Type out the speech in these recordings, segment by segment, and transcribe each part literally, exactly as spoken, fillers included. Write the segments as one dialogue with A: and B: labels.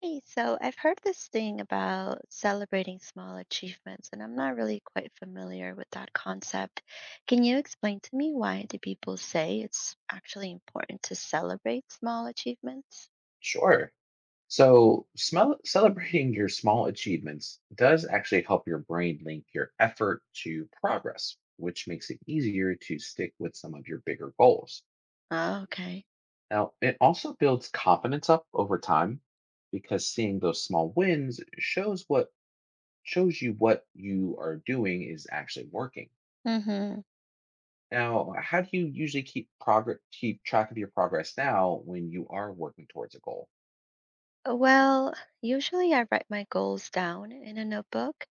A: Hey, so I've heard this thing about celebrating small achievements, and I'm not really quite familiar with that concept. Can you explain to me why do people say it's actually important to celebrate small achievements?
B: Sure. So, smell, celebrating your small achievements does actually help your brain link your effort to progress, which makes it easier to stick with some of your bigger goals.
A: Oh, okay.
B: Now, it also builds confidence up over time because seeing those small wins shows what shows you what you are doing is actually working.
A: Mm-hmm.
B: Now, how do you usually keep progress keep track of your progress now when you are working towards a goal?
A: Uh, Well, usually I write my goals down in a notebook,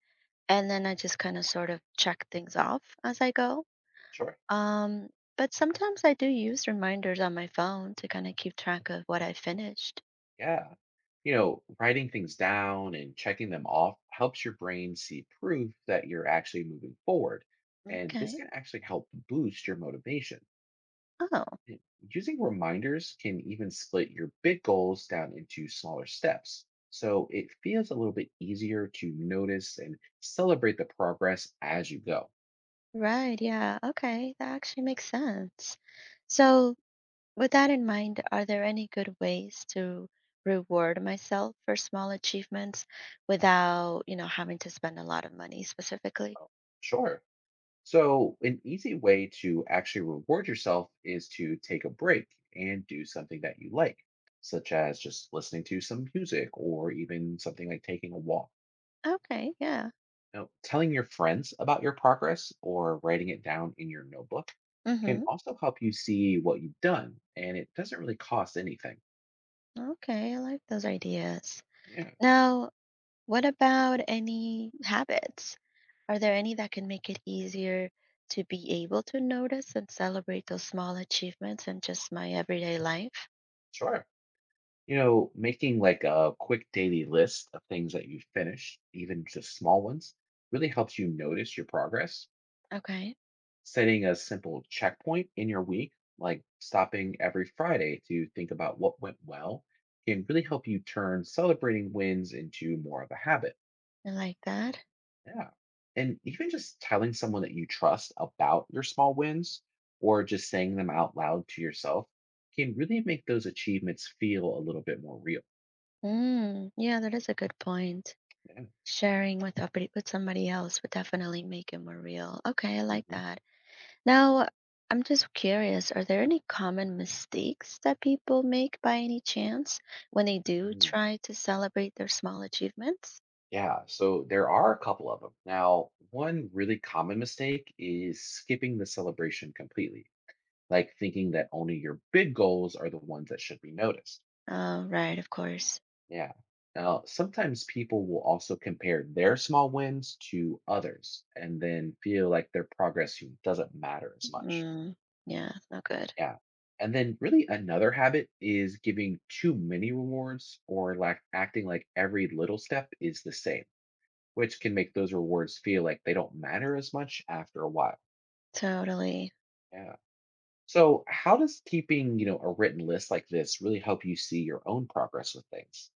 A: and then I just kind of sort of check things off as I go.
B: Sure.
A: Um, but sometimes I do use reminders on my phone to kind of keep track of what I finished.
B: Yeah. You know, writing things down and checking them off helps your brain see proof that you're actually moving forward. And this
A: Okay.
B: can actually help boost your motivation.
A: Oh.
B: And using reminders can even split your big goals down into smaller steps, so it feels a little bit easier to notice and celebrate the progress as you go.
A: Right, yeah. Okay, that actually makes sense. So, with that in mind, are there any good ways to reward myself for small achievements without, you know, having to spend a lot of money specifically?
B: Oh, Sure. So, an easy way to actually reward yourself is to take a break and do something that you like, such as just listening to some music or even something like taking a walk.
A: Okay, yeah.
B: Now, telling your friends about your progress or writing it down in your notebook can
A: Mm-hmm.
B: also help you see what you've done, and it doesn't really cost anything.
A: Okay, I like those ideas.
B: Yeah,
A: Now, what about any habits? Are there any that can make it easier to be able to notice and celebrate those small achievements in just my everyday life?
B: sure. You know, making like a quick daily list of things that you've finished, even just small ones, really helps you notice your progress.
A: Okay,
B: Setting a simple checkpoint in your week, like stopping every Friday to think about what went well, can really help you turn celebrating wins into more of a habit.
A: I like that.
B: Yeah. And even just telling someone that you trust about your small wins or just saying them out loud to yourself can really make those achievements feel a little bit more real.
A: Mm, yeah, that is a good point.
B: Yeah.
A: Sharing with upper- with somebody else would definitely make it more real. Okay, I like
B: Mhm.
A: that. Now, I'm just curious, are there any common mistakes that people make by any chance when they do
B: Mm.
A: try to celebrate their small achievements?
B: Yeah, so there are a couple of them. Now, one really common mistake is skipping the celebration completely, like thinking that only your big goals are the ones that should be noticed.
A: Oh, right, of course.
B: Yeah. Now, sometimes people will also compare their small wins to others and then feel like their progress doesn't matter as much.
A: Mm, yeah, it's not good.
B: Yeah. And then, really, another habit is giving too many rewards or like acting like every little step is the same, which can make those rewards feel like they don't matter as much after a while.
A: Totally.
B: Yeah. So, how does keeping, you know, a written list like this really help you see your own progress with things?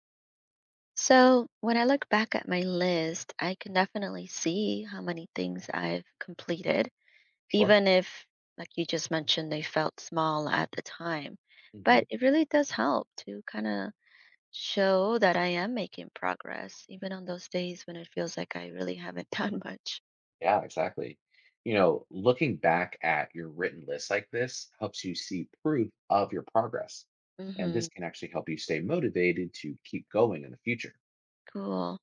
A: So, when I look back at my list, I can definitely see how many things I've completed
B: Sure.
A: even if, like you just mentioned, they felt small at the time.
B: Hmm.
A: But it really does help to kind of show that I am making progress, even on those days when it feels like I really haven't done much.
B: Yeah, exactly. You know, looking back at your written list like this helps you see proof of your progress. And
A: Hmm.
B: this can actually help you stay motivated to keep going in the future.
A: Cool.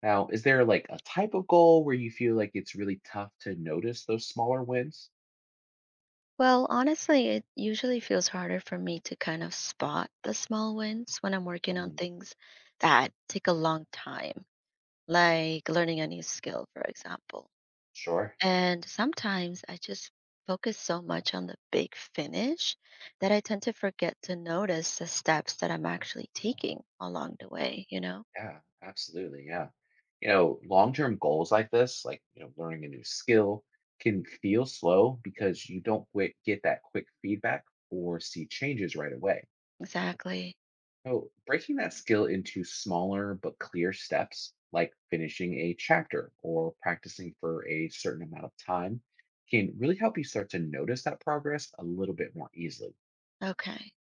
B: Now, is there like a type of goal where you feel like it's really tough to notice those smaller wins?
A: Well, honestly, it usually feels harder for me to kind of spot the small wins when I'm working on
B: Mm.
A: things that take a long time, like learning a new skill, for example.
B: Sure.
A: And sometimes I just focus so much on the big finish that I tend to forget to notice the steps that I'm actually taking along the way, you know?
B: Yeah, absolutely. Yeah. You know, long term goals like this, like, you know, learning a new skill can feel slow because you don't quit, get that quick feedback or see changes right away.
A: Exactly.
B: So, breaking that skill into smaller but clear steps, like finishing a chapter or practicing for a certain amount of time, can really help you start to notice that progress a little bit more easily.
A: Okay.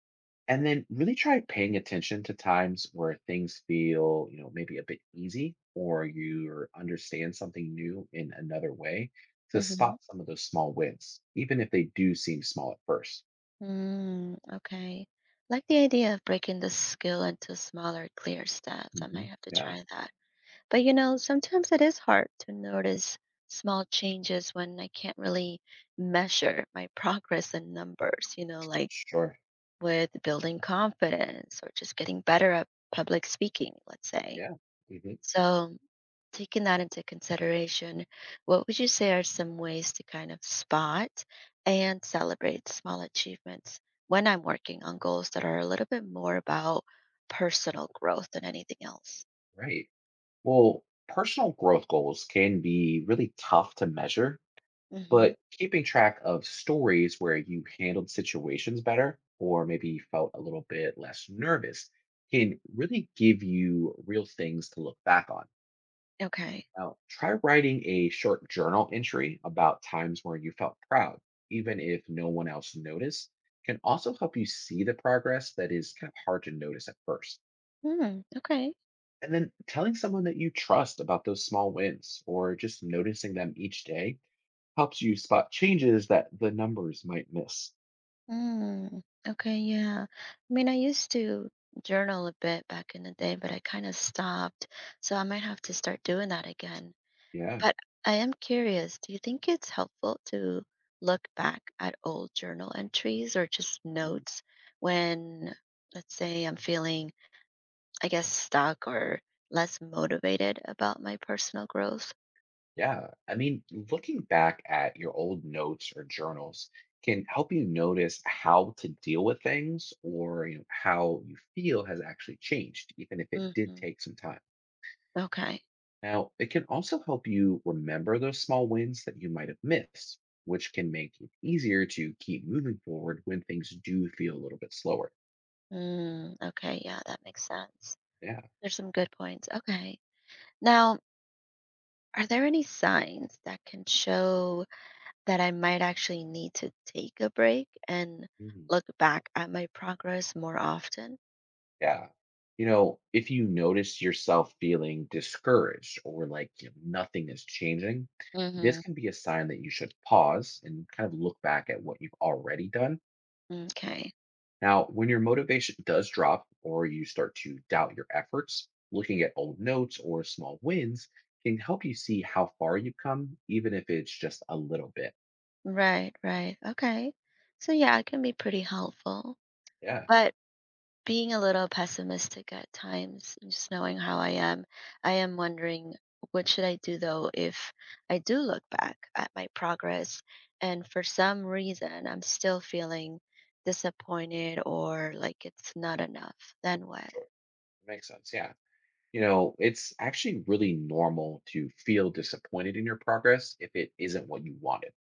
B: And then really try paying attention to times where things feel, you know, maybe a bit easy or you understand something new in another way, to
A: Mm-hmm.
B: spot some of those small wins, even if they do seem small at first.
A: Mm, okay. Like the idea of breaking the skill into smaller, clear steps. I might
B: Hmm.
A: have to
B: Yeah,
A: try that. But you know, sometimes it is hard to notice small changes when I can't really measure my progress in numbers, you know, like
B: sure.
A: with building confidence or just getting better at public speaking, let's say.
B: Yeah. Hmm.
A: So, taking that into consideration, what would you say are some ways to kind of spot and celebrate small achievements when I'm working on goals that are a little bit more about personal growth than anything else?
B: Right. Well, personal growth goals can be really tough to measure,
A: Hmm.
B: but keeping track of stories where you handled situations better or maybe felt a little bit less nervous can really give you real things to look back on.
A: Okay.
B: Now, try writing a short journal entry about times where you felt proud, even if no one else noticed, can also help you see the progress that is kind of hard to notice at first.
A: Hmm. Okay.
B: And then telling someone that you trust about those small wins or just noticing them each day helps you spot changes that the numbers might miss.
A: Mm, okay, yeah. I mean, I used to journal a bit back in the day, but I kind of stopped. So I might have to start doing that again.
B: Yeah.
A: But I am curious, do you think it's helpful to look back at old journal entries or just
B: Mm.
A: notes when, let's say, I'm feeling, I guess, stuck or less motivated about my personal growth?
B: Yeah. I mean, looking back at your old notes or journals can help you notice how to deal with things, or you know, how you feel has actually changed, even if it did
A: Hmm.
B: take some time.
A: Okay.
B: Now, it can also help you remember those small wins that you might have missed, which can make it easier to keep moving forward when things do feel a little bit slower.
A: Mm, okay, yeah, that makes sense.
B: Yeah.
A: There's some good points. Okay. Now, are there any signs that can show that I might actually need to take a break and
B: Mm-hmm.
A: look back at my progress more often?
B: Yeah. You know, if you notice yourself feeling discouraged or like, you know, nothing is changing, this
A: Hmm.
B: can be a sign that you should pause and kind of look back at what you've already done.
A: Okay.
B: Now, when your motivation does drop or you start to doubt your efforts, looking at old notes or small wins can help you see how far you've come, even if it's just a little bit.
A: Right, right. Okay. So yeah, it can be pretty helpful.
B: Yeah,
A: But being a little pessimistic at times, and just knowing how I am, I am wondering what should I do though if I do look back at my progress and for some reason I'm still feeling disappointed or like it's not enough. Then what?
B: sure. Makes sense. Yeah. You know, it's actually really normal to feel disappointed in your progress if it isn't what you wanted.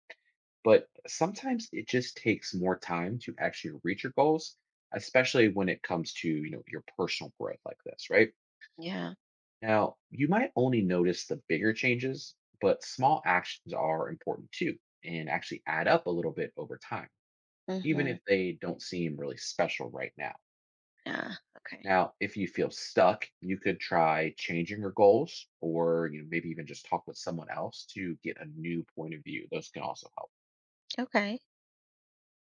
B: But sometimes it just takes more time to actually reach your goals, especially when it comes to, you know, your personal growth like this, right?
A: Yeah.
B: Now, you might only notice the bigger changes, but small actions are important too and actually add up a little bit over time, even
A: Mhm.
B: if they don't seem really special right now.
A: Yeah. Okay.
B: Now, if you feel stuck, you could try changing your goals or, you know, maybe even just talk with someone else to get a new point of view. Those can also help.
A: Okay.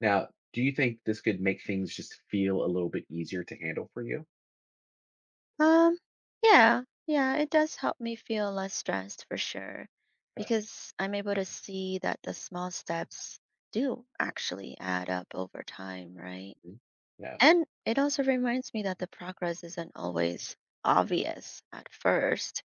B: Now, do you think this could make things just feel a little bit easier to handle for you?
A: Um, yeah, yeah, it does help me feel less stressed for sure,
B: Okay.
A: because I'm able to see that the small steps do actually add up over time, right?
B: Mhm. Yeah.
A: And it also reminds me that the progress isn't always obvious at first,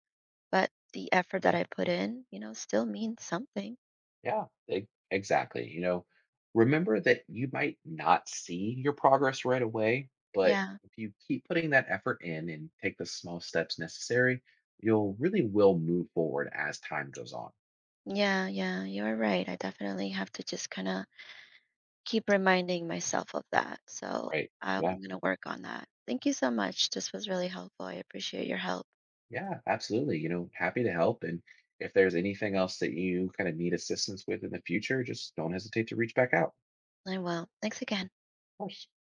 A: but the effort that I put in, you know, still means something.
B: Yeah. e- Exactly. You know, remember that you might not see your progress right away, but
A: Yeah,
B: if you keep putting that effort in and take the small steps necessary, you'll really will move forward as time goes on.
A: yeah, yeah, you're right. I definitely have to just kind of keep reminding myself of that. So
B: Right.
A: um,
B: Yeah.
A: I'm going to work on that. Thank you so much. This was really helpful. I appreciate your help.
B: Yeah, absolutely. You know, happy to help. And if there's anything else that you kind of need assistance with in the future, just don't hesitate to reach back out.
A: I will. Thanks again.
B: Of course.